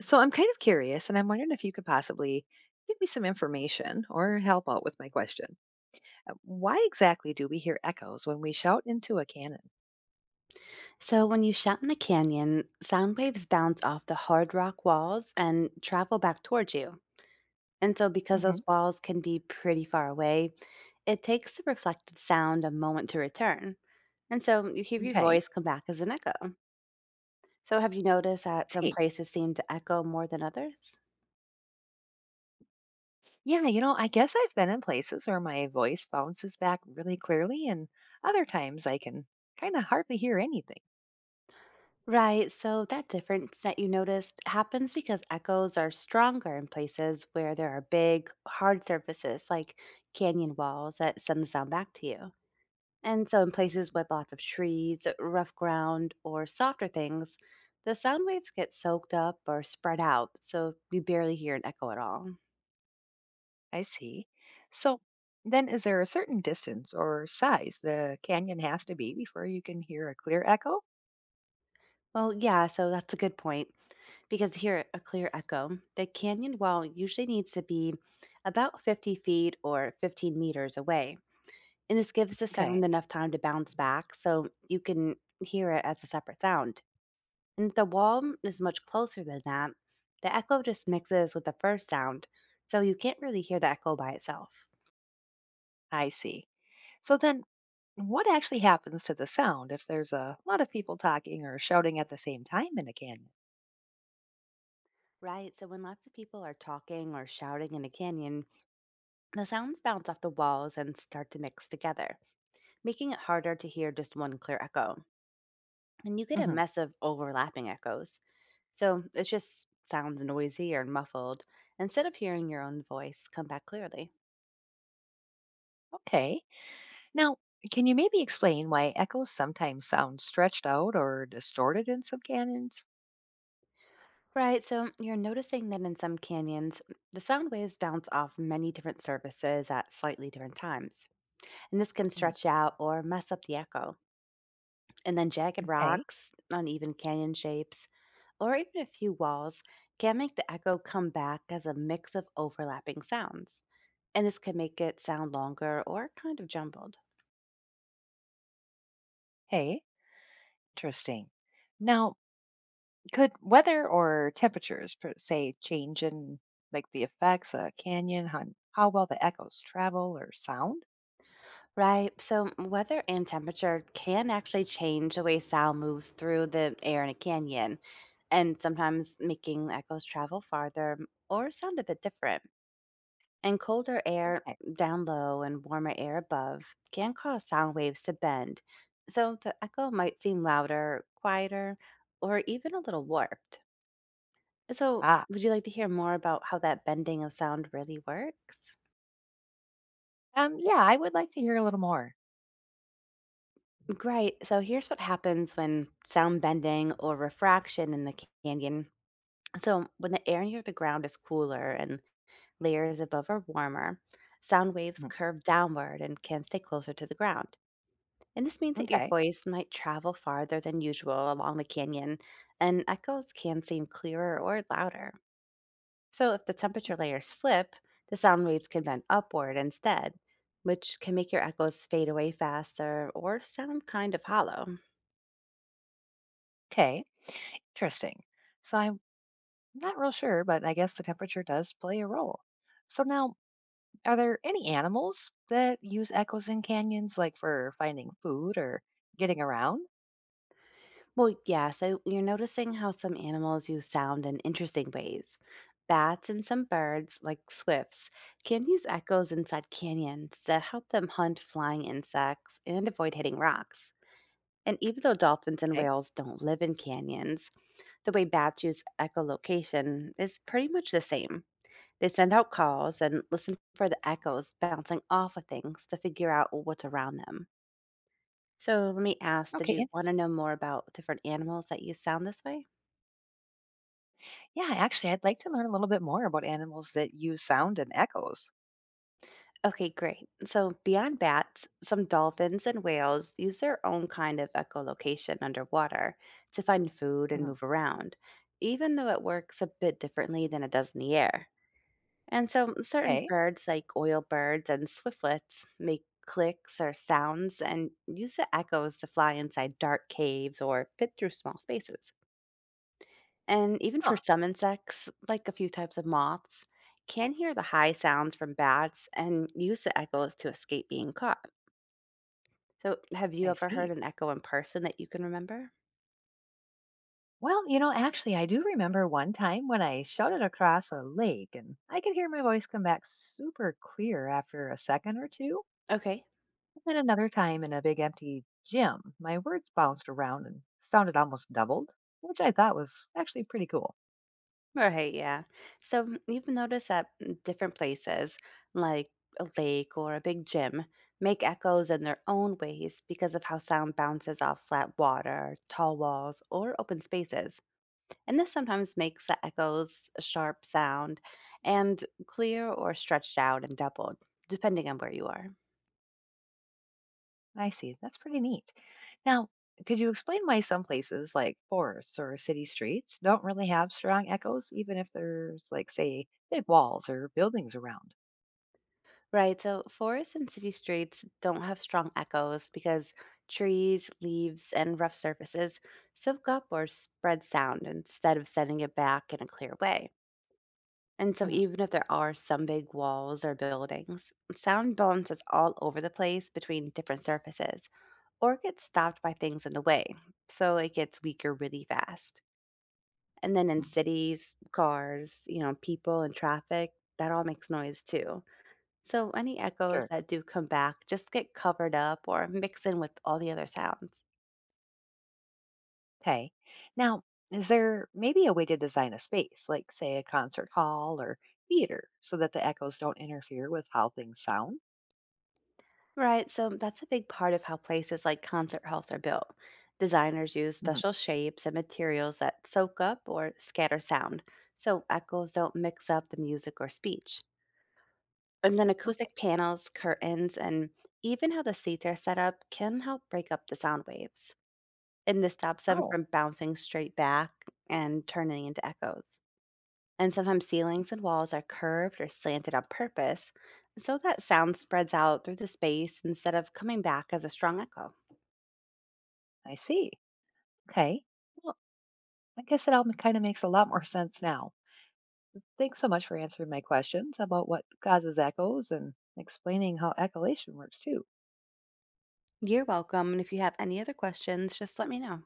So I'm kind of curious, and I'm wondering if you could possibly give me some information or help out with my question. Why exactly do we hear echoes when we shout into a cannon? So, when you shout in the canyon, sound waves bounce off the hard rock walls and travel back towards you. And so, because Hmm. those walls can be pretty far away, it takes the reflected sound a moment to return. And so, you hear your Okay. voice come back as an echo. So, have you noticed that some See, places seem to echo more than others? yeah, I guess I've been in places where my voice bounces back really clearly, and other times I can kind of hardly hear anything. Right, so that difference that you noticed happens because echoes are stronger in places where there are big, hard surfaces like canyon walls that send the sound back to you. And so, in places with lots of trees, rough ground, or softer things, the sound waves get soaked up or spread out, so you barely hear an echo at all. I see. So then, is there a certain distance or size the canyon has to be before you can hear a clear echo? Well, yeah, so that's a good point. Because to hear a clear echo, the canyon wall usually needs to be about 50 feet or 15 meters away. And this gives the Okay, sound enough time to bounce back so you can hear it as a separate sound. And if the wall is much closer than that, the echo just mixes with the first sound, so you can't really hear the echo by itself. I see. So then, what actually happens to the sound if there's a lot of people talking or shouting at the same time in a canyon? Right, so when lots of people are talking or shouting in a canyon, the sounds bounce off the walls and start to mix together, making it harder to hear just one clear echo. And you get a Hmm. mess of overlapping echoes, so it just sounds noisy or muffled instead of hearing your own voice come back clearly. Okay. Now, can you maybe explain why echoes sometimes sound stretched out or distorted in some canyons? Right, so you're noticing that in some canyons, the sound waves bounce off many different surfaces at slightly different times. And this can Mm. stretch out or mess up the echo. And then jagged Okay. rocks, uneven canyon shapes, or even a few walls can make the echo come back as a mix of overlapping sounds. And this can make it sound longer or kind of jumbled. Hey, interesting. Now, could weather or temperatures, per se, change in like the effects a canyon on how well the echoes travel or sound? Right. So weather and temperature can actually change the way sound moves through the air in a canyon, and sometimes making echoes travel farther or sound a bit different. And colder air Okay. down low and warmer air above can cause sound waves to bend. So the echo might seem louder, quieter, or even a little warped. So, Ah, would you like to hear more about how that bending of sound really works? Yeah, I would like to hear a little more. Great. So here's what happens when sound bending or refraction in the canyon. So when the air near the ground is cooler and layers above are warmer, sound waves Mm. curve downward and can stay closer to the ground. And this means that your Okay. voice might travel farther than usual along the canyon, and echoes can seem clearer or louder. So if the temperature layers flip, the sound waves can bend upward instead, which can make your echoes fade away faster or sound kind of hollow. Okay. Interesting. I'm not real sure, but I guess the temperature does play a role. So now, are there any animals that use echoes in canyons, like for finding food or getting around? Well, yeah, so you're noticing how some animals use sound in interesting ways. Bats and some birds, like swifts, can use echoes inside canyons that help them hunt flying insects and avoid hitting rocks. And even though dolphins and Okay. whales don't live in canyons, the way bats use echolocation is pretty much the same. They send out calls and listen for the echoes bouncing off of things to figure out what's around them. So let me ask, did Okay. and- you want to know more about different animals that use sound this way? Yeah, actually, I'd like to learn a little bit more about animals that use sound and echos. Okay, great. So, beyond bats, some dolphins and whales use their own kind of echolocation underwater to find food and Mhm. move around, even though it works a bit differently than it does in the air. And so, certain Okay. birds, like oil birds and swiftlets, make clicks or sounds and use the echoes to fly inside dark caves or fit through small spaces. And even for Huh. some insects, like a few types of moths, can hear the high sounds from bats and use the echoes to escape being caught. So, have you I ever see. heard an echo in person that you can remember? Well, actually, I do remember one time when I shouted across a lake and I could hear my voice come back super clear after a second or two. Okay. Then another time in a big empty gym, my words bounced around and sounded almost doubled, which I thought was actually pretty cool. Right, yeah. So, you've noticed that different places, like a lake or a big gym, make echoes in their own ways because of how sound bounces off flat water, tall walls, or open spaces. And this sometimes makes the echoes a sharp sound and clear or stretched out and doubled, depending on where you are. I see. That's pretty neat. Now, could you explain why some places like forests or city streets don't really have strong echoes, even if there's, like, say, big walls or buildings around? Right, so forests and city streets don't have strong echoes because trees, leaves, and rough surfaces soak up or spread sound instead of sending it back in a clear way. And so, Mhm. even if there are some big walls or buildings, sound bounces all over the place between different surfaces or gets stopped by things in the way, so it gets weaker really fast. And then in cities, cars, you know, people and traffic, that all makes noise too. So any echoes Sure. that do come back just get covered up or mix in with all the other sounds. Okay. Now, is there maybe a way to design a space, like say a concert hall or theater, so that the echoes don't interfere with how things sound? Right, so that's a big part of how places like concert halls are built. Designers use Hmm. special shapes and materials that soak up or scatter sound, so echoes don't mix up the music or speech. And then Okay. acoustic panels, curtains, and even how the seats are set up can help break up the sound waves. And this stops them Oh, from bouncing straight back and turning into echoes. And sometimes ceilings and walls are curved or slanted on purpose so that sound spreads out through the space instead of coming back as a strong echo. I see. Okay. Well, I guess it all kind of makes a lot more sense now. Thanks so much for answering my questions about what causes echoes and explaining how echolation works too. You're welcome. And if you have any other questions, just let me know.